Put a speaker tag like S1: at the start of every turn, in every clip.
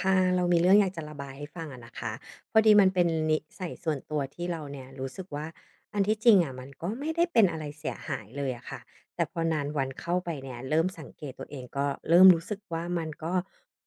S1: ค่ะเรามีเรื่องอยากจะระบายให้ฟังอะนะคะพอดีมันเป็นนิสัยส่วนตัวที่เราเนี่ยรู้สึกว่าอันที่จริงอะมันก็ไม่ได้เป็นอะไรเสียหายเลยอะค่ะแต่พอนานวันเข้าไปเนี่ยเริ่มสังเกตตัวเองก็เริ่มรู้สึกว่ามันก็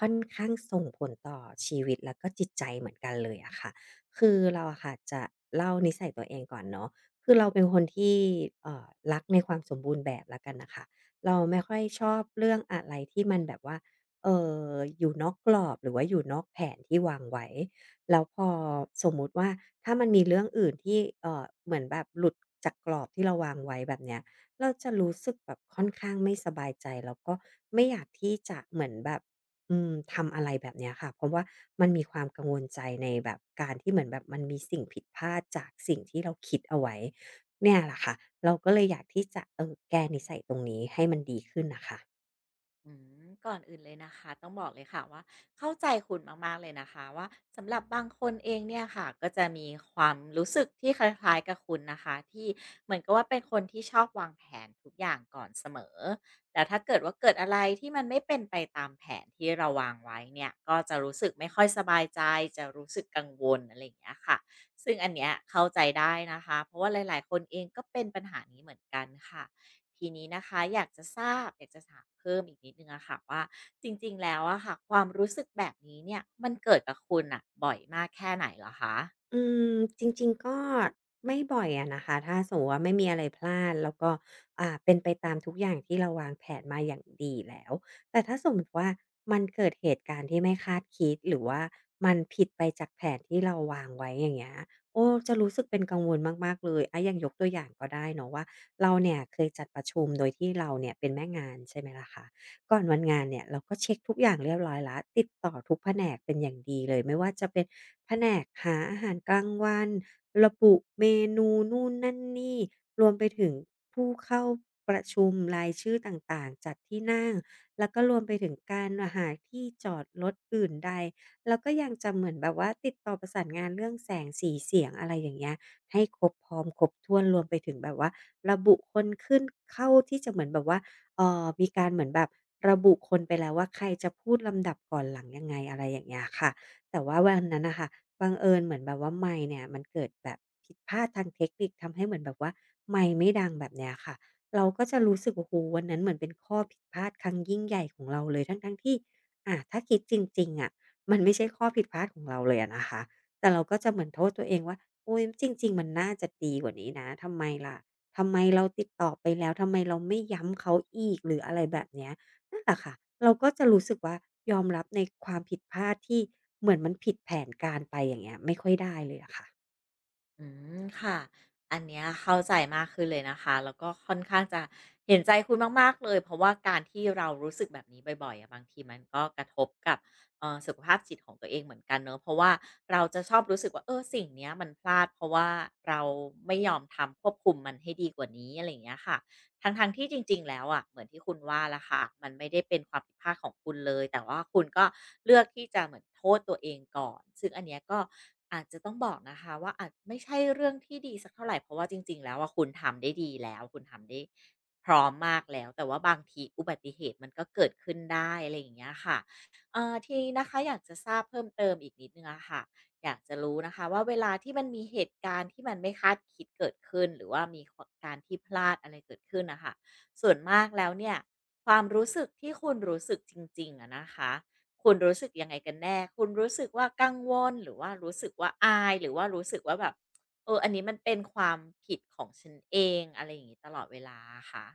S1: ค่อนข้างส่งผลต่อชีวิตแล้วก็จิตใจเหมือนกันเลยอะค่ะคือเราอะค่ะจะเล่านิสัยตัวเองก่อนเนาะคือเราเป็นคนที่เอ่อรักในความสมบูรณ์แบบแล้วกันน่ะค่ะเราไม่ค่อยชอบเรื่องอะไรที่มันแบบว่า เอ่อยู่นอกกรอบหรือว่าอยู่นอกแผนที่วางไว้แล้วพอสมมุติว่าถ้ามันมีเรื่องอื่นที่เหมือนแบบหลุดจากกรอบที่เราวางไว้แบบเนี้ยเราจะรู้สึกแบบค่อนข้างไม่สบายใจแล้วก็ไม่อยากที่จะเหมือนแบบทำอะไรแบบเนี้ยค่ะเพราะว่ามันมีความกังวลใจในแบบการที่เหมือนแบบมันมีสิ่งผิดพลาดจากสิ่งที่เราคิดเอาไว้เนี่ยแหละค่ะเราก็เลยอยากที่จะแก้นิสัยตรงนี้ให้มันดีขึ้นนะคะ
S2: อืก่อนอื่นเลยนะคะต้องบอกเลยค่ะว่าเข้าใจคุณมากๆเลยนะคะว่าสำหรับบางคนเองเนี่ยค่ะก็จะมีความรู้สึกที่คล้ายๆกับคุณนะคะที่เหมือนกับว่าเป็นคนที่ชอบวางแผนทุกอย่างก่อนเสมอแต่ถ้าเกิดว่าเกิดอะไรที่มันไม่เป็นไปตามแผนที่เราวางไว้เนี่ยก็จะรู้สึกไม่ค่อยสบายใจจะรู้สึกกังวลอะไรอย่างเงี้ยค่ะซึ่งอันเนี้ยเข้าใจได้นะคะเพราะว่าหลายๆคนเองก็เป็นปัญหานี้เหมือนกันค่ะ ทีนี้นะคะอยากจะทราบอยากจะถามเพิ่มอีกนิดหนึ่งอะค่ะว่าจริงๆแล้วอะค่ะความรู้สึกแบบนี้เนี่ยมันเกิดกับคุณอ่ะบ่อยมากแค่ไหนเหรอคะ
S1: อืมจริงๆก็ไม่บ่อยอะนะคะถ้าสมมติว่าไม่มีอะไรพลาดแล้วก็เป็นไปตามทุกอย่างที่เราวางแผนมาอย่างดีแล้วแต่ถ้าสมมุติว่ามันเกิดเหตุการณ์ที่ไม่คาดคิดหรือว่ามันผิดไปจากแผนที่เราวางไว้อย่างเงี้ยโอ้จะรู้สึกเป็นกังวลมากๆเลยอะอย่างยกตัวอย่างก็ได้เนาะว่าเราเนี่ยเคยจัดประชุมโดยที่เราเนี่ยเป็นแม่งานใช่ไหมล่ะคะ ก่อนวันงานเนี่ยเราก็เช็คทุกอย่างเรียบร้อยละวติดต่อทุกแผนกเป็นอย่างดีเลยไม่ว่าจะเป็นแผนกหาอาหารกลางวันระบุเมนูนู่นนั่นนี่รวมไปถึงผู้เข้าประชุมรายชื่อต่างๆจัดที่นั่งแล้วก็รวมไปถึงการหาที่จอดรถอื่นใดแล้วก็ยังจะเหมือนแบบว่าติดต่อประสานงานเรื่องแสงสีเสียงอะไรอย่างเงี้ยให้ครบพร้อมครบถ้วนรวมไปถึงแบบว่าระบุคนขึ้นเข้าที่จะเหมือนแบบว่า มีการเหมือนแบบระบุคนไปแล้วว่าใครจะพูดลำดับก่อนหลังยังไงอะไรอย่างเงี้ยค่ะแต่ว่าวันนั้นนะคะบังเอิญเหมือนแบบว่าไมค์เนี่ยมันเกิดแบบผิดพลาดทางเทคนิคทำให้เหมือนแบบว่าไมค์ไม่ดังแบบเนี้ยค่ะเราก็จะรู้สึกโอ้โหวันนั้นเหมือนเป็นข้อผิดพลาดครั้งยิ่งใหญ่ของเราเลยทั้งๆทที่ถ้าคิดจริงๆอะมันไม่ใช่ข้อผิดพลาดของเราเลยอะนะคะแต่เราก็จะเหมือนโทษตัวเองว่าโอ้ยจริงๆมันน่าจะดีกว่านี้นะทำไมล่ะ ทำไมเราติดต่อไปแล้วทำไมเราไม่ย้ำเขาอีกหรืออะไรแบบเนี้ยนั่นแหละค่ะเราก็จะรู้สึกว่ายอมรับในความผิดพลาดที่เหมือนมันผิดแผนการไปอย่างเงี้ยไม่ค่อยได้เลยอะค่ะ
S2: อืค่ะอันเนี้ยเข้าใจมากขึ้นเลยนะคะแล้วก็ค่อนข้างจะเห็นใจคุณมากๆเลยเพราะว่าการที่เรารู้สึกแบบนี้บ่อยๆอะบางทีมันก็กระทบกับสุขภาพจิตของตัวเองเหมือนกันเนอะเพราะว่าเราจะชอบรู้สึกว่าเออสิ่งเนี้ยมันพลาดเพราะว่าเราไม่ยอมทำควบคุมมันให้ดีกว่านี้อะไรอย่างเงี้ยค่ะ ทั้งๆทที่จริงๆแล้วอะเหมือนที่คุณว่าละค่ะมันไม่ได้เป็นความผิดพลาดของคุณเลยแต่ว่าคุณก็เลือกที่จะเหมือนโทษตัวเองก่อนซึ่งอันเนี้ยก็อาจจะต้องบอกนะคะว่าอาจไม่ใช่เรื่องที่ดีสักเท่าไหรเพราะว่าจริงๆแล้วว่าคุณทำได้ดีแล้วคุณทำได้พร้อมมากแล้วแต่ว่าบางทีอุบัติเหตุมันก็เกิดขึ้นได้อะไรอย่างเงี้ยค่ะทีนี้นะคะอยากจะทราบเพิ่มเติมอีกนิดนึงอะค่ะ อยากจะรู้นะคะว่าเวลาที่มันมีเหตุการณ์ที่มันไม่คาดคิดเกิดขึ้นหรือว่ามีการที่พลาดอะไรเกิดขึ้นนะคะส่วนมากแล้วเนี่ยความรู้สึกที่คุณรู้สึกจริงๆอะนะคะคุณรู้สึกยังไงกันแน่คุณรู้สึกว่ากังวลหรือว่ารู้สึกว่าอายหรือว่ารู้สึกว่าแบบเอออันนี้มันเป็นความผิดของฉันเองอะไรอย่างนี้ตลอดเวลาอะคะ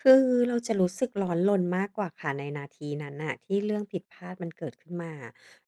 S1: คือเราจะรู้สึกร้อนรนมากกว่าค่ะในนาทีนั้นน่ะที่เรื่องผิดพลาดมันเกิดขึ้นมา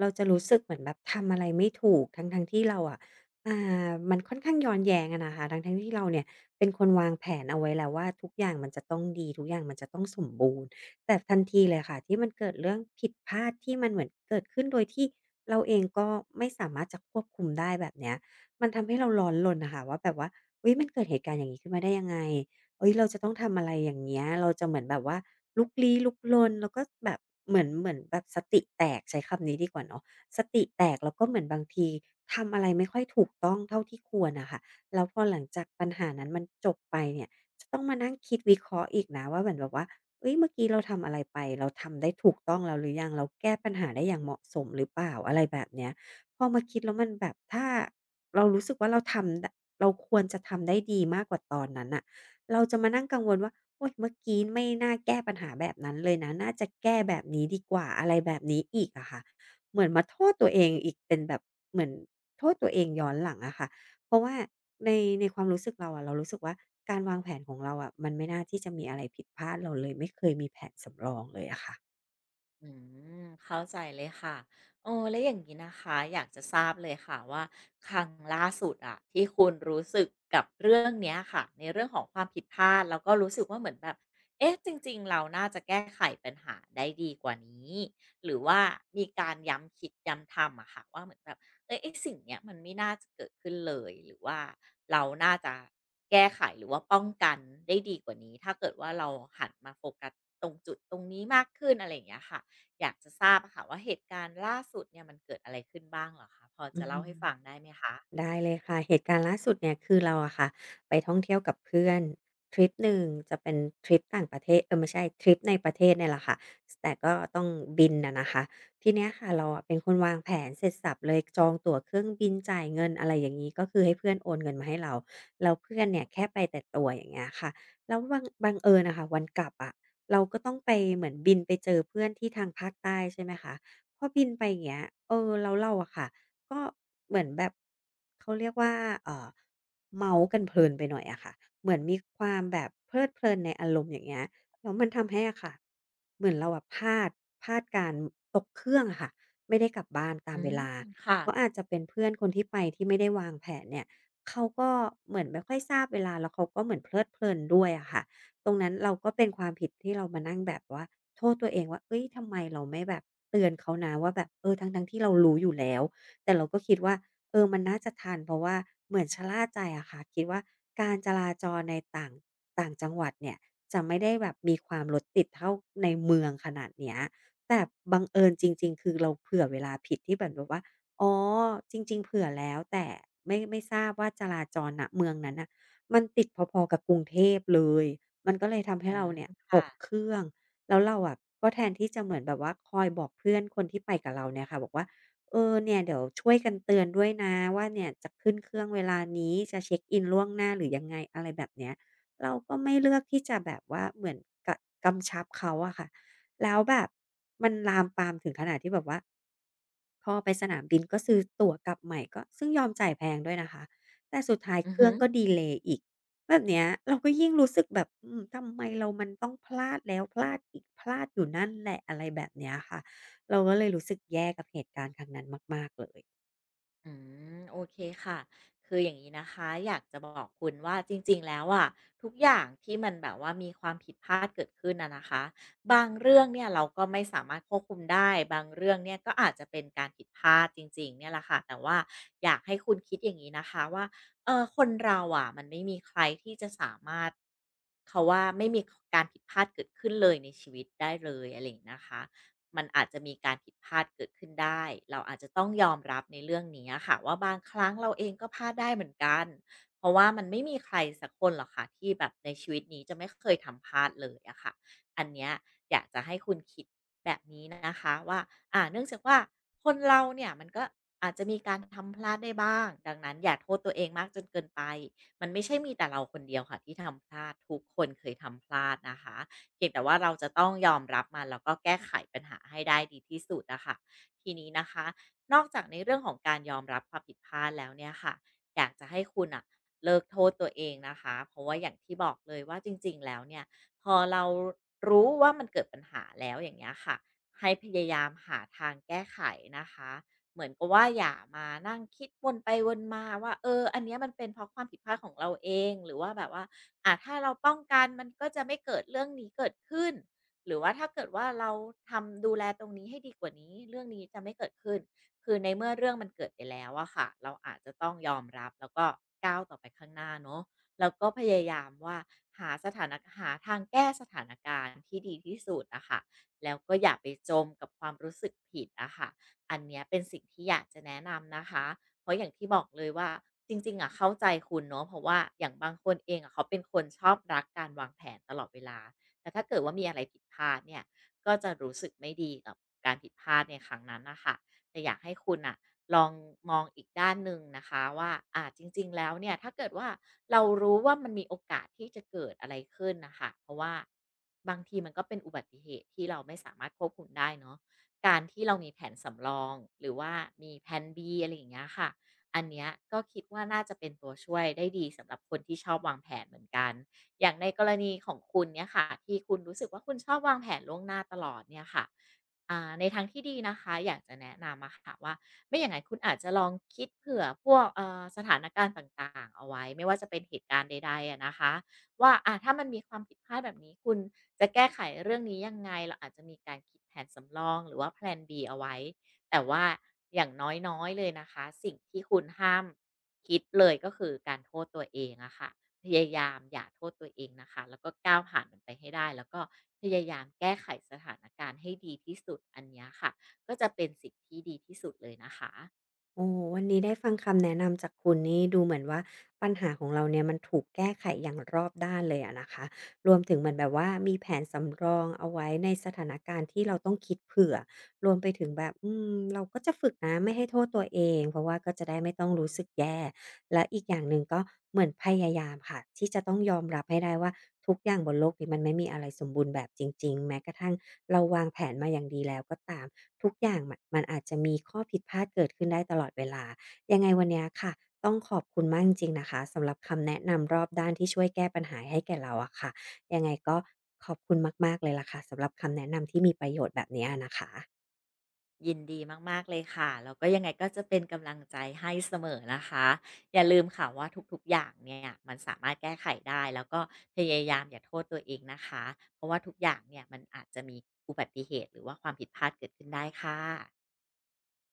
S1: เราจะรู้สึกเหมือนแบบทำอะไรไม่ถูกทั้งๆที่เราอะอ่มันค่อนข้างย้อนแย้งอะนะคะทั้งๆที่เราเนี่ยเป็นคนวางแผนเอาไว้แล้วว่าทุกอย่างมันจะต้องดีทุกอย่างมันจะต้องสมบูรณ์แต่ทันทีเลยค่ะที่มันเกิดเรื่องผิดพลาดที่มันเหมือนเกิดขึ้นโดยที่เราเองก็ไม่สามารถจะควบคุมได้แบบเนี้ยมันทำให้เราร้อนรนน่ะค่ะว่าแบบว่าอุ๊ยมันเกิดเหตุการณ์อย่างงี้ขึ้นมาได้ยังไง เอ้ยเราจะต้องทำอะไรอย่างเงี้ยเราจะเหมือนแบบว่าลุกลี้ลุกลนแล้วก็แบบเหมือนแบบสติแตกใช้คำนี้ดีกว่าเนาะสติแตกแล้วก็เหมือนบางทีทำอะไรไม่ค่อยถูกต้องเท่าที่ควรน่ะค่ะแล้วพอหลังจากปัญหานั้นมันจบไปเนี่ยจะต้องมานั่งคิดวิเคราะห์อีกนะว่าเหมือนแบบว่าเฮ้ยเมื่อกี้เราทำอะไรไปเราทำได้ถูกต้องแล้วหรือยังเราแก้ปัญหาได้อย่างเหมาะสมหรือเปล่าอะไรแบบเนี้ยพอมาคิดแล้วมันแบบถ้าเรารู้สึกว่าเราทำดเราควรจะทำได้ดีมากกว่าตอนนั้นน่ะ เราจะมานั่งกังวลว่าโอ๊ยเมื่อกี้ไม่น่าแก้ปัญหาแบบนั้นเลยนะน่าจะแก้แบบนี้ดีกว่าอะไรแบบนี้อีกอะค่ะเหมือนมาโทษตัวเองอีกเป็นแบบเหมือนโทษตัวเองย้อนหลังอะค่ะเพราะว่าในในความรู้สึกเราอะเรารู้สึกว่าการวางแผนของเราอะมันไม่น่าที่จะมีอะไรผิดพลาดเราเลยไม่เคยมีแผนสำรองเลยอะค่ะ
S2: อืมเข้าใจเลยค่ะโอ้และอย่างนี้นะคะอยากจะทราบเลยค่ะว่าครั้งล่าสุดอะที่คุณรู้สึกกับเรื่องเนี้ยค่ะในเรื่องของความผิดพลาดแล้วก็รู้สึกว่าเหมือนแบบเอ๊ะจริงๆเราน่าจะแก้ไขปัญหาได้ดีกว่านี้หรือว่ามีการย้ำคิดย้ำทำอะค่ะว่าเหมือนแบบเฮ้ยไอ้สิ่งเนี้ยมันไม่น่าจะเกิดขึ้นเลยหรือว่าเราน่าจะแก้ไขหรือว่าป้องกันได้ดีกว่านี้ถ้าเกิดว่าเราหันมาโฟกัสตรงจุดตรงนี้มากขึ้นอะไรอย่างเงี้ยค่ะ อยากจะทราบอะค่ะว่าเหตุการณ์ล่าสุดเนี่ยมันเกิดอะไรขึ้นบ้างเหรอคะพอ
S1: อื
S2: จะเล่าให้ฟัง
S1: ม
S2: ได้ไหมคะ
S1: ได้เลยค่ะเหตุการณ์ล่าสุดเนี่ยคือเราอะค่ะไปท่องเที่ยวกับเพื่อนทริปหนึ่งจะเป็นทริปต่างประเทศเออไม่ใช่ทริปในประเทศเนี่ยแหละค่ะแต่ก็ต้องบินอะนะคะทีเนี้ยค่ะเราอะเป็นคนวางแผนเสร็จสรรพเลยจองตั๋วเครื่องบินจ่ายเงินอะไรอย่างงี้ก็คือให้เพื่อนโอนเงินมาให้เราแล้วเพื่อนเนี่ยแค่ไปแต่ตั๋วอย่างเงี้ยค่ะแล้วบังเอิญอะค่ะวันกลับอะเราก็ต้องไปเหมือนบินไปเจอเพื่อนที่ทางภาคใต้ใช่ไหมคะ พอบินไปอย่างเงี้ยเออแล้วเราอะค่ะก็เหมือนแบบเขาเรียกว่าเอ่อเมาท์กันเพลินไปหน่อยอะค่ะเหมือนมีความแบบเพลิดเพลินในอารมณ์อย่างเงี้ยแล้วมันทำให้อะค่ะเหมือนเราอะพลาดพลาดการตกเครื่องอะค่ะ ไม่ได้กลับบ้านตา
S2: อื
S1: มเว
S2: ม
S1: ลา
S2: ค่ะ
S1: เพราะอาจจะเป็นเพื่อนคนที่ไปที่ไม่ได้วางแผนเนี่ยเขาก็เหมือนไม่ค่อยทราบเวลาแล้วเขาก็เหมือนเพลิดเพลินด้วยอะค่ะตรงนั้นเราก็เป็นความผิดที่เรามานั่งแบบว่าโทษตัวเองว่าเฮ้ยทำไมเราไม่แบบ เตือนเขานะว่าแบบเออทั้งๆที่เรารู้อยู่แล้วแต่เราก็คิดว่าเออมันน่าจะทันเพราะว่าเหมือนชะล่าใจอะค่ะคิดว่าการจราจรในต่างต่างจังหวัดเนี่ยจะไม่ได้แบบมีความรถติดเท่าในเมืองขนาดเนี้ยแต่บังเอิญจริงๆคือเราเผื่อเวลาผิดที่เหมือนแบบว่าอ๋อจริงๆเผื่อแล้วแต่ไม่ทราบว่าจราจรณเมืองนั้นน่ะมันติดพอๆกับกรุงเทพเลยมันก็เลยทำให้
S2: อื
S1: เรา
S2: ม
S1: เนี่ยต
S2: ค่ะ
S1: กเครื่อง แล้วเราอะก็แทนที่จะเหมือนแบบว่าคอยบอกเพื่อนคนที่ไปกับเราเนี่ยค่ะบอกว่าเออเนี่ยเดี๋ยวช่วยกันเตือนด้วยนะว่าเนี่ยจะขึ้นเครื่องเวลานี้จะเช็คอินล่วงหน้าหรือยังไงอะไรแบบเนี้ยเราก็ไม่เลือกที่จะแบบว่าเหมือนกะกำชับเขาอะค่ะแล้วแบบมันลามปามถึงขนาดที่แบบว่าพอไปสนามบินก็ซื้อตั๋วกลับใหม่ก็ซึ่งยอมจ่ายแพงด้วยนะคะแต่สุดท้าย
S2: อื
S1: เค
S2: อ
S1: รื่
S2: ฮึ
S1: องก็ดีเลย์อีก แบบเนี้ยเราก็ยิ่งรู้สึกแบบอืมทำไมเรามันต้องพลาดแล้วพลาดอีกพลาดอยู่นั่นแหละอะไรแบบเนี้ยค่ะ เราก็เลยรู้สึกแย่กับเหตุการณ์ครั้งนั้นมากๆเลย
S2: อืมโอเคค่ะคืออย่างนี้นะคะอยากจะบอกคุณว่าจริงๆแล้วอ่ะทุกอย่างที่มันแบบว่ามีความผิดพลาดเกิดขึ้นนะนะคะบางเรื่องเนี่ยเราก็ไม่สามารถควบคุมได้บางเรื่องเนี่ยก็อาจจะเป็นการผิดพลาดจริงๆเนี่ยแหละค่ะแต่ว่าอยากให้คุณคิดอย่างนี้นะคะว่าเออคนเราอ่ะมันไม่มีใครที่จะสามารถเขาว่าไม่มีการผิดพลาดเกิดขึ้นเลยในชีวิตได้เลยอะไรอย่างนี้นะคะ มันอาจจะมีการผิดพลาดเกิดขึ้นได้ เราอาจจะต้องยอมรับในเรื่องนี้อะค่ะว่าบางครั้งเราเองก็พลาดได้เหมือนกัน เพราะว่ามันไม่มีใครสักคนหรอกค่ะที่แบบในชีวิตนี้จะไม่เคยทำพลาดเลยอะค่ะอันเนี้ยอยากจะให้คุณคิดแบบนี้นะคะว่าอ่าเนื่องจากว่าคนเราเนี่ยมันก็อาจจะมีการทำพลาดได้บ้างดังนั้นอย่าโทษตัวเองมากจนเกินไปมันไม่ใช่มีแต่เราคนเดียวค่ะที่ทำพลาดทุกคนเคยทำพลาดนะคะ เพียงแต่ว่าเราจะต้องยอมรับมันแล้วก็แก้ไขปัญหาให้ได้ดีที่สุดนะคะทีนี้นะคะนอกจากในเรื่องของการยอมรับความผิดพลาดแล้วเนี่ยค่ะอยากจะให้คุณอ่ะเลิกโทษตัวเองนะคะเพราะว่าอย่างที่บอกเลยว่าจริงๆแล้วเนี่ยพอเรารู้ว่ามันเกิดปัญหาแล้วอย่างเงี้ยค่ะให้พยายามหาทางแก้ไขนะคะเหมือนกับว่าอย่ามานั่งคิดวนไปวนมาว่าเอออันเนี้ยมันเป็นเพราะความผิดพลาดของเราเองหรือว่าแบบว่า ถ้าเราป้องกันมันก็จะไม่เกิดเรื่องนี้เกิดขึ้นหรือว่าถ้าเกิดว่าเราทำดูแลตรงนี้ให้ดีกว่านี้เรื่องนี้จะไม่เกิดขึ้นคือในเมื่อเรื่องมันเกิดไปแล้วอะค่ะเราอาจจะต้องยอมรับแล้วก็ก้าวต่อไปข้างหน้าเนาะแล้วก็พยายามว่าหาสถานะหาทางแก้สถานการณ์ที่ดีที่สุดอะค่ะแล้วก็อย่าไปจมกับความรู้สึกผิดอะค่ะอันเนี้ยเป็นสิ่งที่อยากจะแนะนำนะคะ เพราะอย่างที่บอกเลยว่าจริงๆอะเข้าใจคุณเนาะเพราะว่าอย่างบางคนเองอะเขาเป็นคนชอบรักการวางแผนตลอดเวลาแต่ถ้าเกิดว่ามีอะไรผิดพลาดเนี่ยก็จะรู้สึกไม่ดีกับการผิดพลาดในครั้งนั้นนะคะแต่อยากให้คุณอ่ะลองมองอีกด้านหนึ่งนะคะว่าจริงๆแล้วเนี่ยถ้าเกิดว่าเรารู้ว่ามันมีโอกาสที่จะเกิดอะไรขึ้นนะคะเพราะว่าบางทีมันก็เป็นอุบัติเหตุที่เราไม่สามารถควบคุมได้เนาะ การที่เรามีแผนสำรองหรือว่ามีแผน B อะไรอย่างเงี้ยค่ะอันเนี้ยก็คิดว่าน่าจะเป็นตัวช่วยได้ดีสำหรับคนที่ชอบวางแผนเหมือนกันอย่างในกรณีของคุณเนี่ยค่ะที่คุณรู้สึกว่าคุณชอบวางแผนล่วงหน้าตลอดเนี่ยค่ะในทางที่ดีนะคะอยากจะแนะนำอะค่ะว่าไม่อย่างนั้นคุณอาจจะลองคิดเผื่อพวกสถานการณ์ต่างๆเอาไว้ไม่ว่าจะเป็นเหตุการณ์ใดๆอะนะคะ ว่าอ่ะถ้ามันมีความผิดพลาดแบบนี้คุณจะแก้ไขเรื่องนี้ยังไงเราอาจจะมีการคิดแผนสำรองหรือว่าแพลน B เอาไว้แต่ว่าอย่างน้อยๆเลยนะคะสิ่งที่คุณห้ามคิดเลยก็คือการโทษตัวเองอะค่ะพยายามอย่าโทษตัวเองนะคะแล้วก็ก้าวผ่านมันไปให้ได้แล้วก็พยายามแก้ไขสถานการณ์ให้ดีที่สุดอันเนี้ยค่ะก็จะเป็นสิ่งที่ดีที่สุดเลยนะคะ
S1: โอ้โฮวันนี้ได้ฟังคำแนะนำจากคุณนี่ดูเหมือนว่าปัญหาของเราเนี่ยมันถูกแก้ไขอย่างรอบด้านเลยอะนะคะรวมถึงเหมือนแบบว่ามีแผนสำรองเอาไว้ในสถานการณ์ที่เราต้องคิดเผื่อรวมไปถึงแบบอืมเราก็จะฝึกนะไม่ให้โทษตัวเองเพราะว่าก็จะได้ไม่ต้องรู้สึกแย่และอีกอย่างหนึ่งก็เหมือนพยายามค่ะที่จะต้องยอมรับให้ได้ว่าทุกอย่างบนโลกนี้มันไม่มีอะไรสมบูรณ์แบบจริงๆแม้กระทั่ง เราวางแผนมาอย่างดีแล้วก็ตามทุกอย่างมันอาจจะมีข้อผิดพลาดเกิดขึ้นได้ตลอดเวลายังไงวันเนี้ยค่ะต้องขอบคุณมากจริงๆนะคะสำหรับคำแนะนำรอบด้านที่ช่วยแก้ปัญหาให้แก่เราอะค่ะยังไงก็ขอบคุณมากๆเลยล่ะค่ะสำหรับคำแนะนำที่มีประโยชน์แบบเนี้ยนะคะ
S2: ยินดีมากๆเลยค่ะ แล้วก็ยังไงก็จะเป็นกำลังใจให้เสมอนะคะ อย่าลืมค่ะว่าทุกๆอย่างเนี่ยมันสามารถแก้ไขได้ แล้วก็พยายามอย่าโทษตัวเองนะคะ เพราะว่าทุกอย่างเนี่ยมันอาจจะมีอุบัติเหตุหรือว่าความผิดพลาดเกิดขึ้นได้ค่ะ